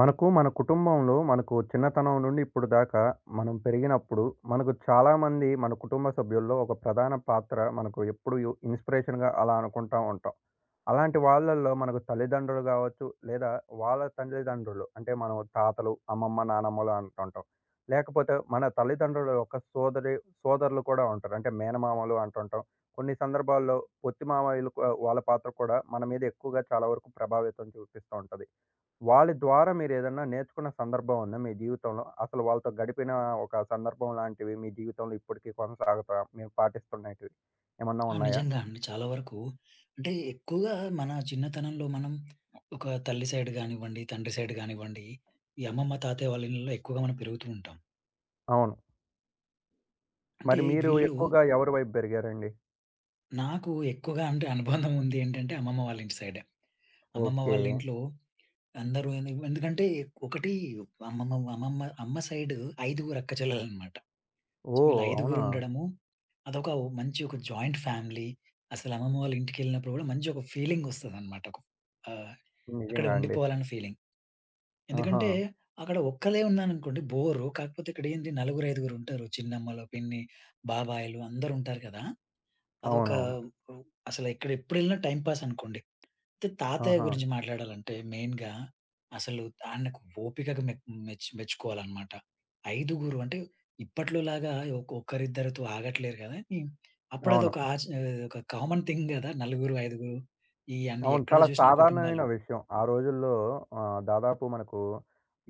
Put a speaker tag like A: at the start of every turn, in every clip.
A: మనకు మన కుటుంబంలో మనకు చిన్నతనం నుండి ఇప్పుడు దాకా మనం పెరిగినప్పుడు మనకు చాలామంది మన కుటుంబ సభ్యుల్లో ఒక ప్రధాన పాత్ర మనకు ఎప్పుడు ఇన్స్పిరేషన్గా అలా అనుకుంటా ఉంటాం. అలాంటి వాళ్ళల్లో మనకు తల్లిదండ్రులు కావచ్చు, లేదా వాళ్ళ తల్లిదండ్రులు అంటే మనం తాతలు, అమ్మమ్మ, నానమ్మలు అంటుంటాం. లేకపోతే మన తల్లిదండ్రుల యొక్క సోదరి సోదరులు కూడా ఉంటారు, అంటే మేనమామలు అంటుంటాం. కొన్ని సందర్భాల్లో పొత్తి మామయ్యలు వాళ్ళ పాత్ర కూడా మన మీద ఎక్కువగా చాలా వరకు ప్రభావితం చూపిస్తూ ఉంటుంది. వాళ్ళ ద్వారా మీరేదన్నా నేర్చుకున్న సందర్భం ఉందా మీ జీవితంలో? అసలు వాళ్ళతో గడిపిన ఒక సందర్భం లాంటివి మీ జీవితంలో ఇప్పటికి కొనసాగుతా మీరు పాటిస్తున్నటివి ఏమన్నా
B: ఆ!
A: ఉన్నాయా?
B: నిజంగా అండి. చాలా వరకు అంటే ఎక్కువగా మన చిన్నతనంలో మనం ఒక తల్లి సైడ్ గానివ్వండి, తండ్రి సైడ్ గానివ్వండి, ఈ అమ్మమ్మ, తాతయ్య వాళ్ళ ఇళ్ళలో ఎక్కువగా మనం పెరుగుతూ ఉంటాం.
A: అవును.
B: అంటే
A: మరి మీరు
B: వీళ్ళు
A: ఎక్కువగా ఎవరి వైపు పెరిగారండి?
B: నాకు ఎక్కువగా అంటే అనుబంధం ఉంది ఏంటంటే అమ్మమ్మ వాళ్ళ ఇంటి సైడే. అమ్మమ్మ
A: ఓకే.
B: వాళ్ళ ఇంట్లో అందరూ ఎందుకంటే ఒకటి అమ్మమ్మ అమ్మమ్మ అమ్మ సైడ్ ఐదుగురు అక్క చెల్లెలనమాట. వీళ్ళు
A: ఓహ్!
B: ఐదుగురు
A: అవునా?
B: ఉండడము, అదొక మంచి ఒక జాయింట్ ఫ్యామిలీ. అసలు అమ్మమ్మ వాళ్ళ ఇంటికెళ్ళినప్పుడు గూడా మంచి ఒక ఫీలింగొస్తదనమాట. ఒక ఆహ్, అక్కడ
A: నిజంగా అండి.
B: ఉండిపోవాలన్న ఫీలింగ్.
A: ఆహా!
B: ఎందుకంటే అక్కడ ఒక్కలే ఉన్నాననుకోండి బోరు. కాకపోతే ఇక్కడేంటి నలుగురు, ఐదుగురు ఉంటారు. చిన్నమ్మలు, పిన్ని, బాబాయిలు అందరుంటారు కదా! అదొక
A: అవునవును.
B: అసలు ఇక్కడ ఎప్పుడెళ్ళినా టైమ్ పాస్ అనుకోండి. అయితే తాతయ్య
A: ఆహా!
B: గురించి మాట్లాడాలంటే మెయిన్‌గా అసలు ఆయనకు ఓపికకు మెచ్చుకోవాలనమాట. ఐదుగురు అంటే ఇప్పట్లోలాగా ఒక్కరిద్దరితో ఆగట్లేరు గానీ, అప్పుడు
A: అవును.
B: అదొక ఒక కామన్ థింగ్ గదా! నలుగురు, ఐదుగురు ఈ అన్ని
A: అవును.
B: ఎక్కడ
A: చాలా
B: జూసినా కుటుంబాలు.
A: సాధారణమైన విషయం. ఆ రోజుల్లో దాదాపు మనకు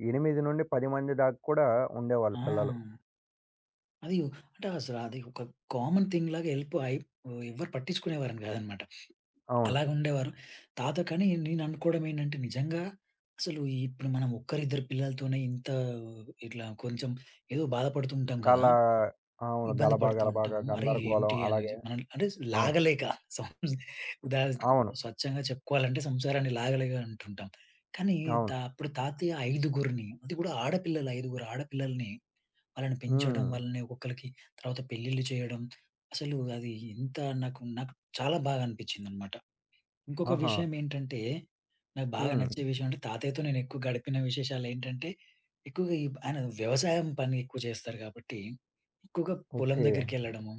A: 8-10 మంది దాకా కూడా ఉండేవాళ్ళు
B: ఆ!
A: పిల్లలు.
B: అది అంటే అసలు అది ఒక కామన్ థింగ్‌లాగా ఎళ్ళిపోయి ఎవరు పట్టించుకునేవారని గాదనమాట.
A: అవును.
B: అలాగుండేవారు. తాత కానీ నేను అనుకోవడం ఏంటంటే నిజంగా అసలు ఇప్పుడు మనం ఒక్కరిద్దరు పిల్లలతోనే ఇంత ఇట్లా కొంచెం ఏదో బాధపడుతూ ఉంటాం కదా!
A: చాలా అవును.
B: ఇబ్బంది
A: గలబా,
B: పడుతూ ఉంటాం.
A: గలబాగా
B: అరే
A: గందరగోళం
B: ఏంటి
A: అలాగే
B: అనేసి మనం అంటే
A: అవును.
B: లాగలేక సం ఉదా
A: అవును.
B: స్వచ్ఛంగా చెప్పుకోవాలంటే సంసారాన్ని లాగలేక అంటుంటాం. కానీ
A: అవును.
B: అప్పుడు తాతయ్య 5గురిని అది కూడా ఆడపిల్లలు 5గురు ఆడపిల్లల్ని వాళ్ళని పెంచడం,
A: హ్మ్.
B: వాళ్ళని ఒక్కొక్కళ్ళకి తర్వాత పెళ్ళిళ్ళు చేయడం అసలు అది ఎంత నాకు నాకు చాలా బాగా అనిపించిందన్నమాట. ఇంకొక
A: ఆహా!
B: విషయం ఏంటంటే, నాకు బాగా
A: హ్మ్.
B: నచ్చే విషయం అంటే తాతయ్యతో నేను ఎక్కువ గడిపిన విశేషాలేంటంటే, ఎక్కువగా ఈ ఆయన వ్యవసాయం పని ఎక్కువ చేస్తారు కాబట్టి, ఎక్కువగా పొలం
A: ఓకే.
B: దగ్గరికెళ్ళడము.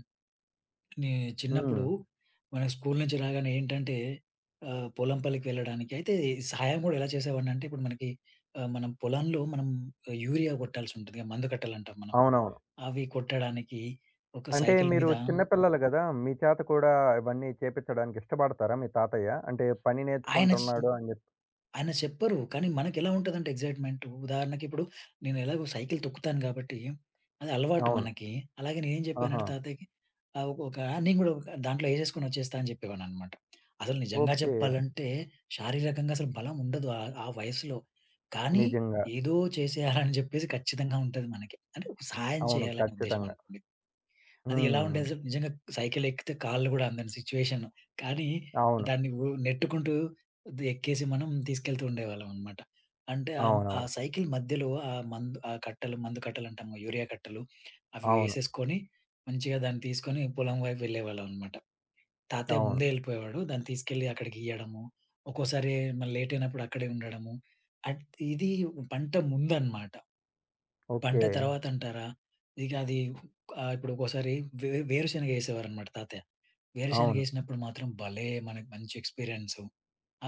B: నే చిన్నప్పుడు
A: హ్మ్.
B: మన స్కూల్ నుంచి రాగానే ఏంటంటే పొలం పల్లికి వెళ్ళడానికి అయితే సహాయం గూడా ఎలా చేసేవాడినంటే ఇప్పుడు మనకి మనం పొలంలో యూరియా కొట్టాల్సి ఉంటది. మందు కట్టాలంటాం మనం.
A: అవునవును.
B: అవి కొట్టడానికి ఒక
A: అంటే
B: సైకిల్
A: మీరు
B: మీద
A: చిన్న పిల్లలు గదా! మీ చేత కూడా ఇవన్నీ చేపిచ్చడానికి ఇష్టపడతారా మీ తాతయ్య? అంటే పని
B: ఆయన చి
A: నేర్చుకుంటున్నాడు అని జెప్పి.
B: ఆయన చెప్పరు. కానీ మనకెలా ఉంటదంటే ఎక్సైట్‌మెంటు ఉదాహరణకిప్పుడు నేనెలాగో సైకిల్ తొక్కుతాను గాబట్టి, అది అలవాటు
A: అవును.
B: మనకి. అలాగే నేనేం
A: ఆహా!
B: చెప్పానంటే తాతయ్యకి ఒక ఒక నేను గూడా ఒక దాంట్లో ఏసేసుకొని వచ్చేస్తా అని చెప్పేవాడిననమాట. అసలు నిజంగా
A: ఓకే.
B: చెప్పాలంటే శారీరకంగా అసలు బలం ఉండదు ఆ ఆ వయసులో. కానీ
A: నిజంగా.
B: ఏదో చేసేయాలని జెప్పేసి ఖచ్చితంగా ఉంటది మనకి. అంటే ఒక సహాయం
A: అవును.
B: చేయాలనే ఉద్దేశ్యం
A: ఖచ్చితంగా.
B: అనుకోండి. అది ఎలా
A: హ్మ్.
B: ఉండేది అసలు నిజంగా సైకిల్ ఎక్కితే కాళ్ళు గూడా అందని సిచ్యువేషన్. కానీ
A: అవును.
B: దాన్ని నెట్టుకుంటూ ఎక్కేసి మనం తీసుకెళ్తూ ఉండేవాళ్ళం అనమాట. అంటే ఆ
A: అవునవును.
B: సైకిల్ మధ్యలో ఆ మందు ఆ కట్టలు మందు కట్టలు అంటాం యూరియా కట్టలు అవి
A: అవును.
B: వేసేసుకొని మంచిగా దాన్ని తీసుకొని పొలం వైపు వెళ్ళేవాళ్ళం అనమాట. తాతయ్య
A: అవును.
B: ముందే వెళ్ళిపోయేవాడు. దాన్ని తీసుకెళ్ళి అక్కడికి ఇయ్యడము. ఒక్కోసారి మళ్ళీ లేట్ అయినప్పుడు అక్కడే ఉండడము. అట్ ఇది పంట ముందనమాట. పంట
A: ఓకే.
B: తర్వాతంటారా? ఇక అది ఇప్పుడు ఒక్కోసారి వేరుశెనగ ఏసేవారనమాట తాతయ్య.
A: అవును.
B: వేరుశెనగేసినప్పుడు మాత్రం భలే! మనకు మంచి ఎక్స్‌పీరియన్సు.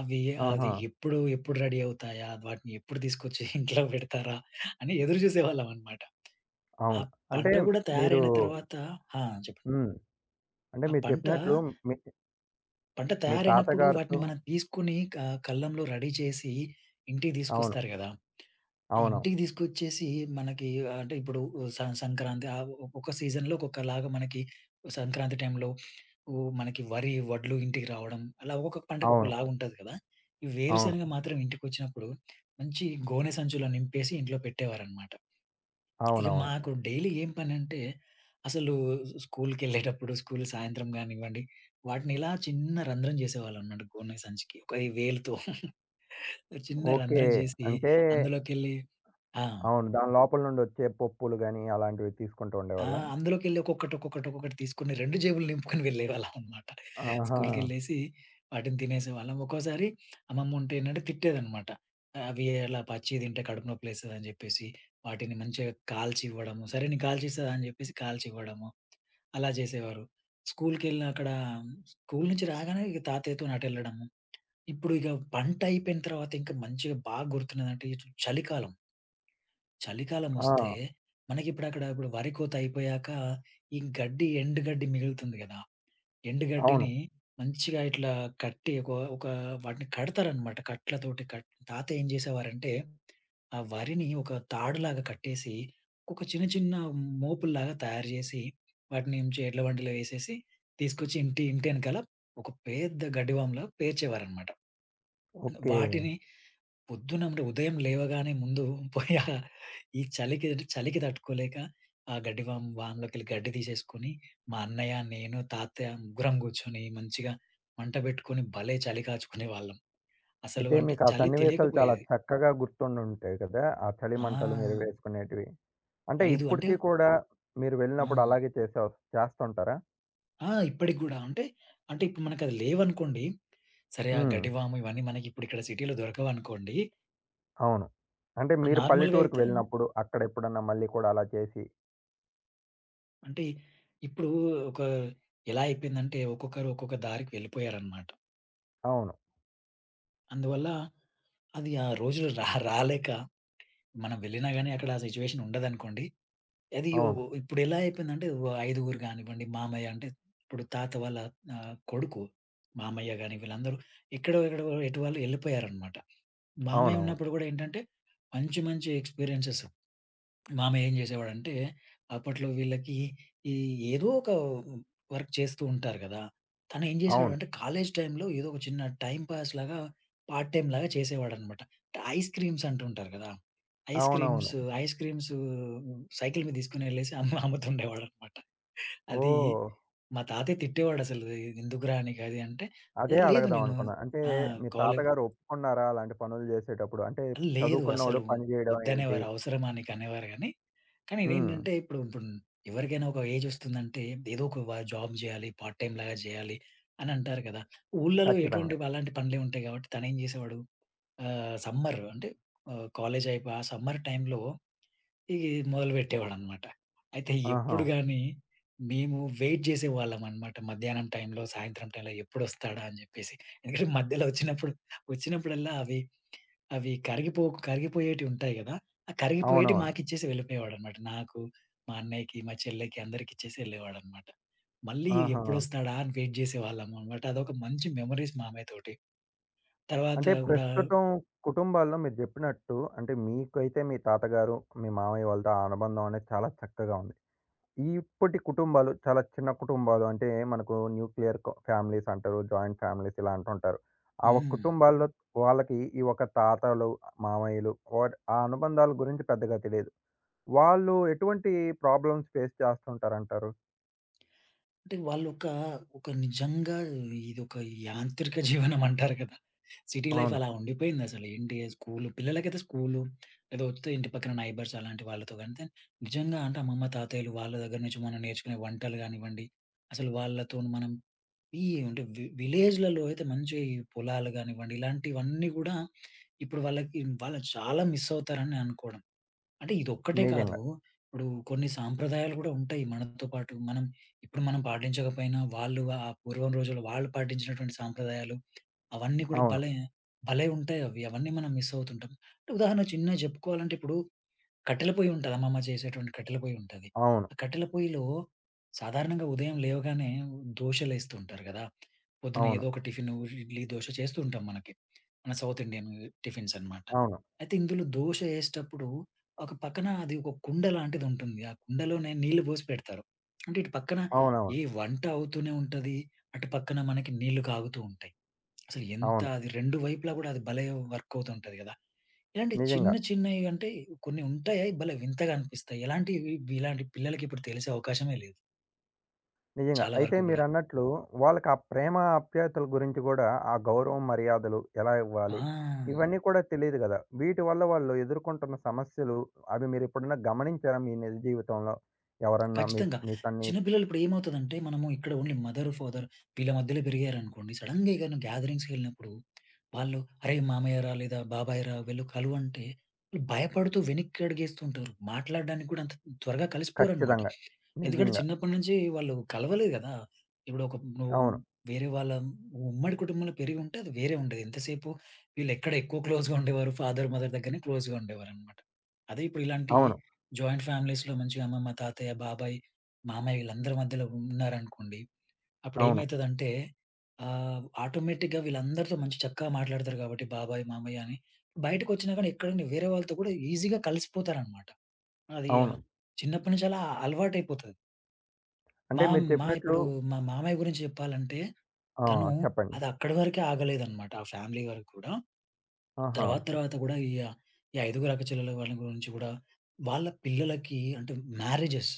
B: అవి అది
A: ఆహా!
B: ఎప్పుడు రెడీ అవుతాయా? వాటిని ఎప్పుడు తీసుకొచ్చి ఇంట్లో పెడతారా? అని ఎదురు చూసేవాళ్ళమనమాట. ఆ
A: అవును. అంటే
B: పంట గూడా
A: మీరు
B: తయారైన తర్వాత ఆ! చెప్పండి.
A: హ్మ్. అంటే
B: ఆ
A: మీరు
B: పంట,
A: చెప్పినట్లు మీ
B: పంట
A: మీ
B: తయారైనప్పుడు వాటిని
A: తాతగారితో
B: మనం తీసుకొని కల్లంలో రెడీ చేసి ఇంటికి
A: అవును.
B: తీసుకొస్తారు గదా!
A: అవునవును.
B: ఇంటికి తీసుకొచ్చేసి మనకి అంటే ఇప్పుడు సంక్రాంతి ఒక్కొక్క సీజన్‌లో ఒక్కొక్కలాగా మనకి సంక్రాంతి టైంలో ఓ మనకి వరి, వడ్లు ఇంటికి రావడం అలా ఒక్కొక్క పంటకు
A: అవును.
B: ఒకలాగా ఉంటది కదా! ఈ వేరుశెనగ
A: అవును.
B: మాత్రం ఇంటికొచ్చినప్పుడు మంచి గోనె సంచులో నింపేసి ఇంట్లో పెట్టేవారన్నమాట. ఇక
A: అవునవును.
B: మాకు డైలీ ఏం పనంటే, అసలు స్కూలుకెళ్ళేటప్పుడు, స్కూలు సాయంత్రం గానివ్వండి, వాటిని ఇలా చిన్న రంధ్రం చేసేవాళ్ళమన్నమాట గోనె సంచికి. ఒక ఈ వేలుతో చిన్న
A: ఓకే.
B: రంధ్రం చేసి,
A: అంటే
B: అందులోకెళ్ళి ఆ!
A: అవును. దాని లోపల నుండి వచ్చే పప్పులు గాని, అలాంటివి తీసుకుంటూ
B: ఆ!
A: ఉండేవాళ్ళా?
B: అందులోకెళ్ళి ఒక్కొక్కటి, ఒక్కొక్కటి, ఒక్కొక్కటి తీసుకొని 2 జేబులు నింపుకొని వెళ్ళేవాళ్ళమన్నమాట.
A: ఆహా!
B: స్కూలుకెళ్ళేసి వాటిని తినేసేవాళ్ళం. ఒక్కోసారి అమ్మమ్ముంటే ఏంటంటే తిట్టేదన్నమాట. అవి అలా పచ్చియి తింటే కడుపు నొప్పులేస్తదని చెప్పేసి, వాటిని మంచిగా కాల్చి ఇవ్వడము. సరే నేను కాల్చిస్తా అని చెప్పేసి కాల్చి ఇవ్వడము. అలా చేసేవారు. స్కూల్‌కెళ్ళిన అక్కడ స్కూల్ నుంచి రాగానే ఇక తాతయ్యతోని అటెళ్ళడము. ఇప్పుడు ఇక పంటయిపోయిన తర్వాత ఇంకా మంచిగా బాగా గుర్తున్నదంటే ఇటు చలికాలం. చలికాలమొస్తే
A: ఆ!
B: మనకిప్పుడక్కడ ఇప్పుడు వరి కోత అయిపోయాక ఈ గడ్డి ఎండు గడ్డి మిగులుతుంది గదా!
A: అవును.
B: ఎండుగడ్డిని మంచిగా ఇట్లా కట్టి ఒక ఒక వాటిని కడతారనమాట. కట్లతోటి కట్ తాత ఏం చేసేవారంటే, ఆ వరిని ఒక తాడులాగా కట్టేసి, ఒక చిన్న చిన్న మోపుల్లాగా తయారు జేసి, వాటిని ఏం చే ఎడ్ల బండిలో ఏసేసి, తీసుకొచ్చి ఇంటెనకాల ఒక పెద్ద గడ్డివాములా పేర్చేవారనమాట.
A: ఓకే.
B: వాటిని పొద్దున అంటే ఉదయం లేవగానే ముందు పోయి ఈ చలికి చలికి తట్టుకోలేక ఆ గడ్డి వామ్‌లోకెళ్ళి గడ్డి తీసేసుకొని, మా అన్నయ్య, నేను, తాతయ్య ముగ్గురం కూర్చొని మంచిగా మంట పెట్టుకొని భలే చలి కాచుకునేవాళ్ళం. అసలు
A: అయితే
B: అంటే
A: మీకు ఆ
B: చలి
A: సన్నివేశాలు చాలా
B: తెలియకపోయేది.
A: చక్కగా గుర్తుండుంటాయి కదా! ఆ చలి మంటలు మీరు
B: ఆ!
A: వేసుకునేటివి. అంటే
B: 5 అంటే
A: ఇప్పటికి కూడా మీరు
B: ఆ!
A: వెళ్ళినప్పుడు అలాగే చేసే వస్ చేస్తుంటారా?
B: ఆ! ఇప్పటికి గూడా అంటే, అంటే ఇప్పుడు మనకది లేవనుకోండి, సరే ఆ
A: హ్మ్.
B: గడ్డివాము ఇవన్నీ మనకిప్పుడు ఇక్కడ సిటీలో దొరకవనుకోండి,
A: అవును. అంటే మీరు
B: నార్మల్‌గా
A: పల్లెటూరుకి
B: అయితే
A: వెళ్ళినప్పుడు అక్కడ ఎప్పుడన్నా మళ్ళీ కూడా అలా చేసి
B: అంటే ఇప్పుడు ఒక ఎలా అయిపోయిందంటే ఒక్కొక్కరు ఒక్కొక్క దారికి వెళ్ళిపోయారనమాట.
A: అవును.
B: అందువల్ల అది ఆ రోజులు రాలేక మనం వెళ్ళినా గాని అక్కడ ఆ సిట్యుయేషన్ ఉండదనుకోండి. అది ఓ
A: అవును.
B: ఇప్పుడు ఎలా అయిపోయిందంటే ఓ ఐదుగురు కానివ్వండి మామయ్య అంటే ఇప్పుడు తాత వాళ్ళ కొడుకు మామయ్య గాని వీళ్ళందరూ ఎక్కడో ఎక్కడో ఎటు వాళ్ళు వెళ్ళిపోయారనమాట. మామయ్య
A: అవునవును.
B: ఉన్నప్పుడు కూడా ఏంటంటే మంచి మంచి ఎక్స్‌పీరియెన్సెస్ మామయ్య ఏం చేసేవాడంటే, అప్పట్లో వీళ్ళకి ఈ ఏదో ఒక వర్క్ చేస్తూ ఉంటారు కదా! తను ఏం
A: అవును.
B: చేసాడంటే, కాలేజీ టైమ్‌లో ఏదో ఒక చిన్న టైమ్ పాస్‌లాగా, పార్ట్ టైమ్‌లాగా చేసేవాడనమాట. ఐస్ క్రీమ్స్ అంటుంటారు కదా! ఐస్ క్రీమ్స్,
A: అవునవును.
B: ఐస్ క్రీమ్స్ సైకిల్ మీద తీసుకొనెళ్ళేసి అమ్ముతుండేవాడనమాట. అది
A: ఓహ్!
B: మా తాతయ్య తిట్టేవాడసలు, "ఎందుకురా నీకు అది" అంటే,
A: అదే
B: "లేదు
A: అడగదాం
B: నేను
A: అనుకున్నా. అంటే
B: ఆ!
A: మీ
B: కాలే
A: తాతగారు ఒప్పుకున్నారా అలాంటి పనులు జేసేటప్పుడు? అంటే
B: లేదు. అసలు
A: చదువుకున్నోడు పని జేయడం ఏంటి?
B: వద్దనేవారు. అవసరమా నీకనేవారు గానీ, కానీ కానీ
A: హ్మ్.
B: ఇదేంటంటే ఇప్పుడు ఇప్పుడు ఎవరికైనా ఒక ఏజొస్తుందంటే ఏదో ఒక జాబ్ జేయాలి, పార్ట్ టైమ్ లాగా జేయాలి అని అంటారు కదా! ఊర్లలో ఎటువంటి
A: ఖచ్చితంగా.
B: అలాంటి పనులే ఉంటాయి కాబట్టి తనేం జేసేవాడు సమ్మర్ అంటే కాలేజ్ అయిపోయి ఆ సమ్మర్ టైంలో ఈ మొదలుపెట్టేవాడనమాట. అయితే
A: ఆహా!
B: ఎప్పుడు గాని మేము వెయిట్ జేసేవాళ్ళమనమాట. మధ్యాహ్నం టైంలో, సాయంత్రం టైంలో ఎప్పుడొస్తాడా అని జెప్పేసి. ఎందుకంటే మధ్యలో వచ్చినప్పుడు వచ్చినప్పుడల్లా అవి అవి కరిగిపోకు కరిగిపోయేటివుంటాయి గదా! ఆ కరిగిపోయేటివి
A: అవునవును.
B: మాకిచ్చేసి వెళ్ళిపోయేవాడనమాట. నాకు, మా అన్నయ్యకి, మా చెల్లెకి అందరికిచ్చేసి వెళ్ళేవాడనమాట. మళ్ళీ
A: ఆహా!
B: ఎప్పుడొస్తాడా అని వెయిట్ జేసేవాళ్ళమనమాట. అదొక మంచి మెమోరీస్ మా అన్నయ్యతోటి. తర్వాత
A: అంటే
B: గూడా
A: ప్రస్తుతం కుటుంబాల్లో మీరు జెప్పినట్టు అంటే మీకైతే మీ తాతగారు, మీ మామయ్య వాళ్ళతో ఆ అనుబంధం అనేది చాలా చక్కగా ఉంది. ఇప్పటి కుటుంబాలు చాలా చిన్న కుటుంబాలు, అంటే మనకు న్యూక్లియర్ క ఫ్యామిలీస్ అంటారు. జాయింట్ ఫ్యామిలీస్ ఇలా అంటుంటారు. ఆ ఒక్క
B: హ్మ్.
A: కుటుంబాల్లో వాళ్ళకి ఈ ఒక తాతలు, మామయ్యలు వాట్ ఆ అనుబంధాల గురించి పెద్దగా తెలీదు. వాళ్ళు ఎటువంటి ప్రాబ్లమ్స్ ఫేస్ చేస్తుంటారంటారు?
B: అంటే వాళ్ళొక, ఒక ఒక నిజంగా ఇదొక యాంత్రిక జీవనం అంటారు కదా! సిటీ లైఫ్
A: అవును.
B: అలా ఉండిపోయిందసలు. ఏంటి స్కూలు పిల్లలకైతే స్కూలు, లేదా వస్తే ఇంటి పక్కన నైబర్స్ అలాంటి వాళ్ళతో గాని, నిజంగా అంటే అమ్మమ్మ, తాతయ్యలు వాళ్ళ దగ్గర నుంచి మనం నేర్చుకునే వంటలు గానివ్వండి, అసలు వాళ్ళతోని మనం ఈ అంటే విలేజ్‌లలో అయితే మంచి ఈ పొలాలు గానివ్వండి, ఇలాంటివన్నీ గూడా ఇప్పుడు వాళ్ళకి వాళ్ళు చాలా మిస్ అవుతారని అనుకోవడం. అంటే ఇదొక్కటే కాదు.
A: నిజంగా.
B: ఇప్పుడు కొన్ని సాంప్రదాయాలు గూడా ఉంటాయి మనతో పాటు. మనం ఇప్పుడు పాటించకపోయినా వాళ్ళు ఆ పూర్వం రోజుల్లో వాళ్ళు పాటించినటువంటి సాంప్రదాయాలు అవన్నీ కూడా
A: అవును.
B: భలే భలే ఉంటాయవి. అవన్నీ మనం మిస్ అవుతుంటాం. అంటే ఉదాహరణ చిన్నగా చెప్పుకోవాలంటే ఇప్పుడు కట్టెల పొయ్యి ఉంటది. అమ్మమ్మ చేసేటువంటి కట్టెల పొయ్యి ఉంటది.
A: అవును.
B: ఆ కట్టెల పొయ్యిలో సాధారణంగా ఉదయం లేవగానే దోశలేస్తూ ఉంటారు గదా! పొద్దున
A: అవును.
B: ఏదో ఒక టిఫిను ఇడ్లీ, దోశ చేస్తూ ఉంటాం మనకి. మన సౌత్ ఇండియన్ టిఫిన్స్ అన్నమాట.
A: అవును.
B: అయితే ఇందులో దోశ ఏసేటప్పుడు ఒక పక్కన అది ఒక కుండ లాంటిది ఉంటుంది. ఆ కుండలోనే నీళ్లు పోసి పెడతారు. అంటే ఇటు పక్కన
A: అవునవును.
B: ఏ వంట అవుతూనే ఉంటది. అటు పక్కన మనకి నీళ్లు కాగుతూ ఉంటాయి. అసలు ఎంత
A: అవును.
B: అది 2 వైపులా గూడా అది భలే వర్క్ అవుతుంటది గదా! ఇలాంటి చిన్న
A: నిజంగా.
B: చిన్నయి అంటే కొన్ని ఉంటాయి. అవి భలే వింతగా అనిపిస్తాయి. ఎలాంటివి ఇలాంటి పిల్లలకి ఇప్పుడు తెలిసే అవకాశమే లేదు
A: నిజంగా.
B: చాలా
A: అయితే
B: వరకు గూడా.
A: మీరన్నట్లు వాళ్ళకి ఆ ప్రేమ ఆప్యాయతల గురించి గూడా ఆ గౌరవం, మర్యాదలు ఎలా
B: ఆ!
A: ఇవ్వాలి? ఇవన్నీ కూడా తెలీదు గదా! వీటి వల్ల వాళ్ళు ఎదుర్కొంటున్న సమస్యలు అవి మీరెప్పుడన్నా గమనించారా మీ నిజ జీవితంలో? ఎవరన్నా మీ
B: ఖచ్చితంగా.
A: మీ సన్ని
B: చిన్న పిల్లలు ఇప్పుడు ఏమవుతదంటే, మనము ఇక్కడ ఓన్లీ మదర్, ఫాదర్ వీళ్ళ మధ్యలో పెరిగారనుకోండి. సడెన్‌గా ఏదైనా గ్యాదరింగ్స్‌కెళ్ళినప్పుడు వాళ్ళు "అరేయ్! మామయ్యరా లేదా బాబాయ్‌రా వీళ్ళు కలు" అంటే వాళ్ళు భయపడుతూ వెనక్కి అడుగేస్తుంటారు. మాట్లాడడానికి కూడా అంత త్వరగా కలిసిపోరనమాట.
A: ఖచ్చితంగా.
B: ఎందుకంటే
A: నిజంగా.
B: చిన్నప్పటి నుంచి వాళ్ళు కలవలేదు కదా! ఇప్పుడు ఒక నువ్వు
A: అవును.
B: వేరే వాళ్ళ ఉమ్మడి కుటుంబంలో పెరిగి ఉంటే అది వేరే ఉండేది. ఎంతసేపు వీళ్ళు ఎక్కడ ఎక్కువ క్లోజ్‌గా ఉండేవారు. ఫాదర్, మదర్ దగ్గరనే క్లోజ్‌గా ఉండేవారనమాట. అదే ఇప్పుడు ఇలాంటి
A: అవును.
B: జాయింట్ ఫ్యామిలీస్‌లో మంచిగా అమ్మమ్మ, తాతయ్య, బాబాయ్, మామయ్య వీళ్ళందరి మధ్యలో ఉన్నారనుకోండి.
A: అవును.
B: అప్పుడేమైతదంటే ఆటోమేటిక్‌గా వీళ్ళందరితో మంచి చక్కగా మాట్లాడతారు కాబట్టి బాబాయ్, మామయ్య అని. బయటకొచ్చినా గాని ఎక్కడైనా వేరే వాళ్ళతో కూడా ఈజీగా కలిసిపోతారనమాట. అది
A: అవును.
B: చిన్నప్పటి నుంచి అలా అలవాటయిపోతది.
A: అంటే
B: మా
A: మీరు
B: మా
A: చెప్పినట్లు
B: ఇప్పుడు మా మామయ్య గురించి చెప్పాలంటే
A: ఆ!
B: తను
A: చెప్పండి.
B: అది అక్కడి వరకే ఆగలేదనమాట. ఆ ఫ్యామిలీ వరకు కూడా.
A: ఆహా!
B: తర్వాత తర్వాత గూడా ఈ ఐదుగురు అక్కచెల్లెల వాళ్ళ గురించి గూడా వాళ్ళ పిల్లలకి అంటే మ్యారేజెస్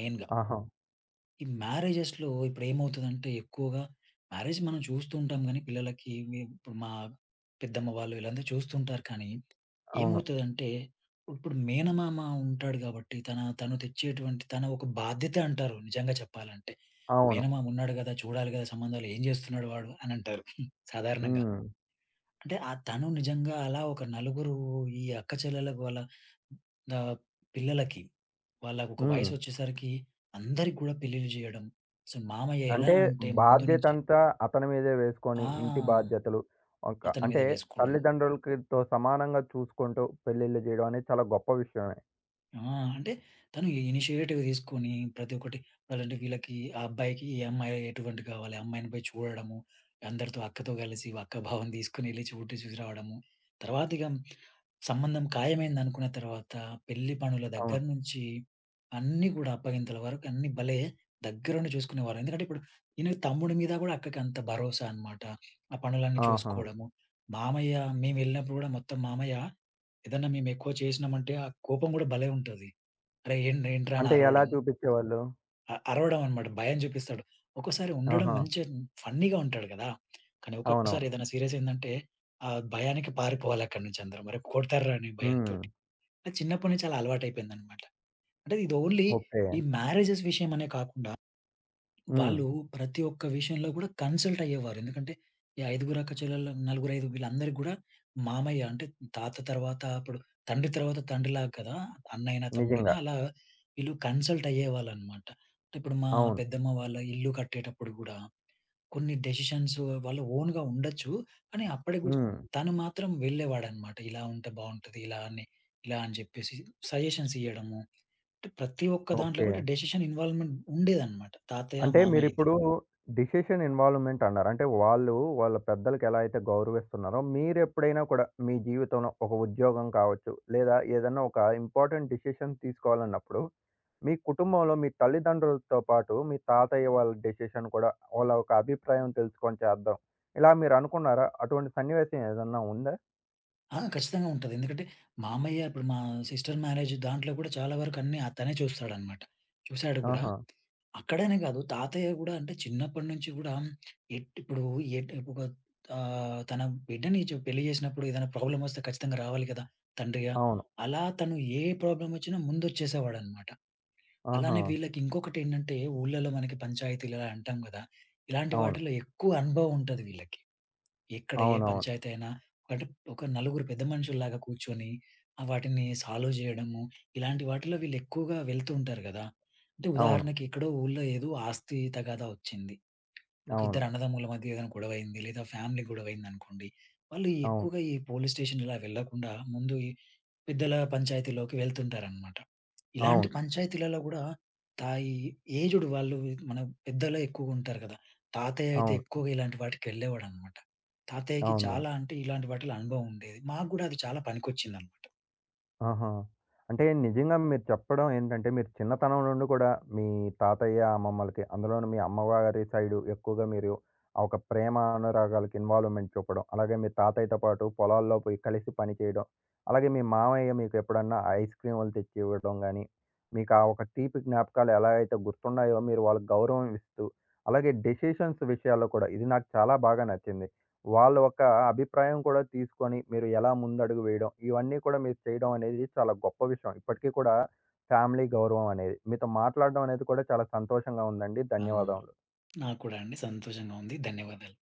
B: మెయిన్‌గా.
A: ఆహా!
B: ఈ మ్యారేజెస్‌లో ఇప్పుడేమవుతదంటే ఎక్కువగా మ్యారేజ్ మనం చూస్తూ ఉంటాం గానీ పిల్లలకి ఇప్పుడు మా పెద్దమ్మ వాళ్ళు వీళ్ళందరూ చూస్తుంటారు కానీ
A: అవును.
B: ఏమవుతదంటే ఇప్పుడు మేనమామ ఉంటాడు గాబట్టి తను తెచ్చేటువంటి తన ఒక బాధ్యత అంటారు నిజంగా చెప్పాలంటే.
A: అవును.
B: మేనమామ ఉన్నాడు గదా! చూడాలి గదా! సంబంధాలు ఏం జేస్తున్నాడు వాడు అని అంటారు సాధారణంగా.
A: హ్మ్.
B: అంటే తను నిజంగా అలా ఒక నలుగురు ఈ అక్క చెల్లెలకు వాళ్ళ ఆహ్, పిల్లలకి వాళ్ళకి ఒక
A: హ్మ్.
B: వయసొచ్చేసరికి అందరికి కూడా పెళ్లిళ్లు చేయడం. సో, మామయ్య ఎలా
A: అంటే
B: అంటే ముందు నుంచి
A: బాధ్యతంతా అతని మీదే వేసుకొని ఇంటి
B: ఆ!
A: బాధ్యతలు ఒక
B: అతని మీద
A: అంటే
B: వేసుకోవడం.
A: తల్లిదండ్రులకితో సమానంగా చూసుకుంటూ పెళ్ళిళ్ళు చేయడం అనేది చాలా గొప్ప విషయమే.
B: ఆ! అంటే తను ఇనిషియేటివ్ తీసుకొని ప్రతి ఒక్కటి వీళ్ళకి ఆ అబ్బాయికి ఏ అమ్మాయి ఎటువంటిది కావాలి, ఆ అమ్మాయిని పోయి చూడడము, అందరితో అక్కతో కలిసి అక్క భావం తీసుకొని వెళ్లి చూసి రావడము. తర్వాత ఇక సంబంధం ఖాయమైందనుకున్న తర్వాత పెళ్లి పనుల దగ్గర
A: అవును.
B: నుంచి అన్నీ కూడా అప్పగింతల వరకు అన్నీ భలే దగ్గరుండి చూసుకునేవారు. ఎందుకంటే ఇప్పుడు ఈయన తమ్ముడి మీద కూడా అక్కకి అంత భరోసా అన్నమాట. ఆ పనులన్నీ
A: ఆహా!
B: చూసుకోవడము. మామయ్య మేము వెళ్ళినప్పుడు కూడా మొత్తం మామయ్య ఏదన్నా మేమెక్కువ చేసినామంటే, ఆ కోపం గూడా భలే ఉంటది. అరేయ్! ఏంట్రా అని
A: అంటే ఎలా
B: అరవడం.
A: చూపిచ్చేవాళ్ళు?
B: అరవడం అనమాట. భయం చూపిస్తాడు. ఒక్కోసారి ఉండడం
A: ఆహా!
B: మంచిగా ఫన్నీగా ఉంటాడు గదా! కానీ ఒక్కోసారి
A: అవునవును.
B: ఏదైనా సీరియస్ అయిందంటే, ఆ భయానికి పారిపోవాలి అక్కడి నుంచి అందరం. అరే! కొడతార్రా అనే
A: హ్మ్.
B: భయంతోటి. అది చిన్నప్పటి నుంచి అలా అలవాటయిపోయిందనమాట. అంటే ఇది ఓన్లీ
A: ఓకే.
B: ఈ మ్యారేజెస్ విషయం అనే కాకుండా
A: హ్మ్.
B: వాళ్ళు ప్రతి ఒక్క విషయంలో కూడా కన్సల్ట్ అయ్యేవారు. ఎందుకంటే, ఈ ఐదుగురు అక్కచెల్లెలు, నలుగురు, ఐదు వీళ్ళందరికి గూడా మామయ్య అంటే తాత తర్వాత అప్పుడు తండ్రి తర్వాత తండ్రిలాగా కదా! అన్నైనా, తమ్ముడైనా
A: నిజంగా.
B: అలా వీళ్ళు కన్సల్ట్ అయ్యేవాళ్ళనమాట. అంటే ఇప్పుడు మా
A: అవును.
B: పెద్దమ్మ వాళ్ళ ఇల్లు కట్టేటప్పుడు గూడా కొన్ని డెసిషన్స్ వాళ్ళ ఓన్‌గా ఉండొచ్చు. కానీ అప్పటికి గూడా
A: హ్మ్.
B: తను మాత్రం వెళ్ళేవాడనమాట. ఇలా ఉంటే బావుంటది. ఇలా అని చెప్పేసి సజెషన్స్ ఇయ్యడము. అంటే ప్రతి ఒక్క దాంట్లో
A: ఓకే.
B: కూడా డెసిషన్ ఇన్వాల్వ్‌మెంట్ ఉండేదనమాట. తాతయ్య,
A: అంటే
B: మామయ్యది.
A: మీరిప్పుడు డెసిషన్ ఇన్వాల్వ్‌మెంట్ అన్నారు. అంటే వాళ్ళు వాళ్ళ పెద్దలకి ఎలా అయితే గౌరవిస్తున్నారో, మీరెప్పుడైనా కూడా మీ జీవితంలో ఒక ఉద్యోగం కావచ్చు, లేదా ఏదన్నా ఒక ఇంపార్టెంట్ డెసిషన్ తీసుకోవాలన్నప్పుడు, మీ కుటుంబంలో మీ తల్లిదండ్రులతో పాటు మీ తాతయ్య వాళ్ళ డెసిషన్ కూడా వాళ్ళ ఒక అభిప్రాయం తెలుసుకొని చేద్దాం. ఇలా మీరు అనుకున్నారా? అటువంటి సన్నివేశం ఏదన్నా ఉందా?
B: ఆ! ఖచ్చితంగా ఉంటది. ఎందుకంటే, మామయ్య ఇప్పుడు మా సిస్టర్ మ్యారేజ్ దాంట్లో కూడా చాలా వరకు అన్నీ తనే చూస్తాడనమాట. చూసాడు కూడా.
A: ఆహా!
B: అక్కడనే కాదు తాతయ్య కూడా అంటే చిన్నప్పటి నుంచి కూడా ఎట్ ఇప్పుడు ఎట్ ఒక ఆహ్, తన బిడ్డని పెళ్లి చేసినప్పుడు ఏదైనా ప్రాబ్లమ్ వస్తే ఖచ్చితంగా రావాలి కదా! తండ్రిగా.
A: అవును.
B: అలా తను ఏ ప్రాబ్లమ్ వచ్చినా ముందొచ్చేసేవాడనమాట.
A: ఆహా!
B: అలానే వీళ్ళకి ఇంకొకటేంటంటే ఊర్లలో మనకి పంచాయతీలు ఇలా అంటాం కదా! ఇలాంటి
A: అవును.
B: వాటిలో ఎక్కువ అనుభవం ఉంటది వీళ్ళకి. ఎక్కడ ఏ
A: అవునవును.
B: పంచాయతీ అయినా అంటే ఒక నలుగురు పెద్ద మనుషుల్లాగా కూర్చొని ఆ వాటిని సాల్వ్ చేయడము, ఇలాంటి వాటిలో వీళ్ళు ఎక్కువగా వెళ్తూ ఉంటారు గదా! అంటే
A: అవును.
B: ఉదాహరణకి ఎక్కడో ఊళ్ళో ఏదో ఆస్తి తగాదా వచ్చింది. ఒక
A: అవును.
B: ఇద్దరు అన్నదమ్ముల మధ్య ఏదైనా గొడవయింది లేదా ఫ్యామిలీ గొడవయిందనుకోండి. వాళ్ళు
A: అవును.
B: ఎక్కువగా ఈ పోలీస్ స్టేషన్ ఇలా వెళ్ళకుండా ముందు ఈ పెద్దల పంచాయతీలోకి వెళ్తుంటారనమాట. ఇలాంటి
A: అవును.
B: పంచాయతీలలో గూడా తాయి ఏజ్డ్ వాళ్ళు మన పెద్దలే ఎక్కువుంటారు గదా! తాతయ్య అయితే
A: అవును. అవును.
B: ఎక్కువగా ఇలాంటి వాటికెళ్ళేవాడనమాట. తాతయ్యకి
A: అవునవును.
B: చాలా అంటే ఇలాంటి వాటిలో అనుభవం ఉండేది. మాకు గూడా అది చాలా పనికొచ్చిందనమాట.
A: ఆహా! అంటే నిజంగా మీరు చెప్పడం ఏంటంటే, మీరు చిన్నతనం నుండి కూడా మీ తాతయ్య, అమ్మమ్మలకి అందులోనూ మీ అమ్మవారి సైడు ఎక్కువగా మీరు ఆ ఒక ప్రేమ అనురాగాలకి ఇన్వాల్వ్‌మెంట్ చూపడం. అలాగే మీ తాతయ్యతో పాటు పొలాల్లో పోయి కలిసి పని చేయడం. అలాగే మీ మామయ్య మీకు ఎప్పుడన్నా ఐస్ క్రీములు తెచ్చి ఇవ్వడం గానీ, మీకు ఆ ఒక తీపి జ్ఞాపకాలు ఎలా అయితే గుర్తున్నాయో మీరు వాళ్ళకి గౌరవం ఇస్తూ, అలాగే డెసిషన్స్ విషయాల్లో కూడా ఇది నాకు చాలా బాగా నచ్చింది. వాళ్ళ ఒక అభిప్రాయం కూడా తీసుకొని, మీరు ఎలా ముందడుగు వేయడం, ఇవన్నీ కూడా మీరు చేయడం అనేది చాలా గొప్ప విషయం. ఇప్పటికీ కూడా ఫ్యామిలీ గౌరవం అనేది. మీతో మాట్లాడడం అనేది కూడా చాలా సంతోషంగా ఉందండి.
B: ఆ!
A: ధన్యవాదములు.
B: నాకు కూడా అండి సంతోషంగా ఉంది. ధన్యవాదాలు.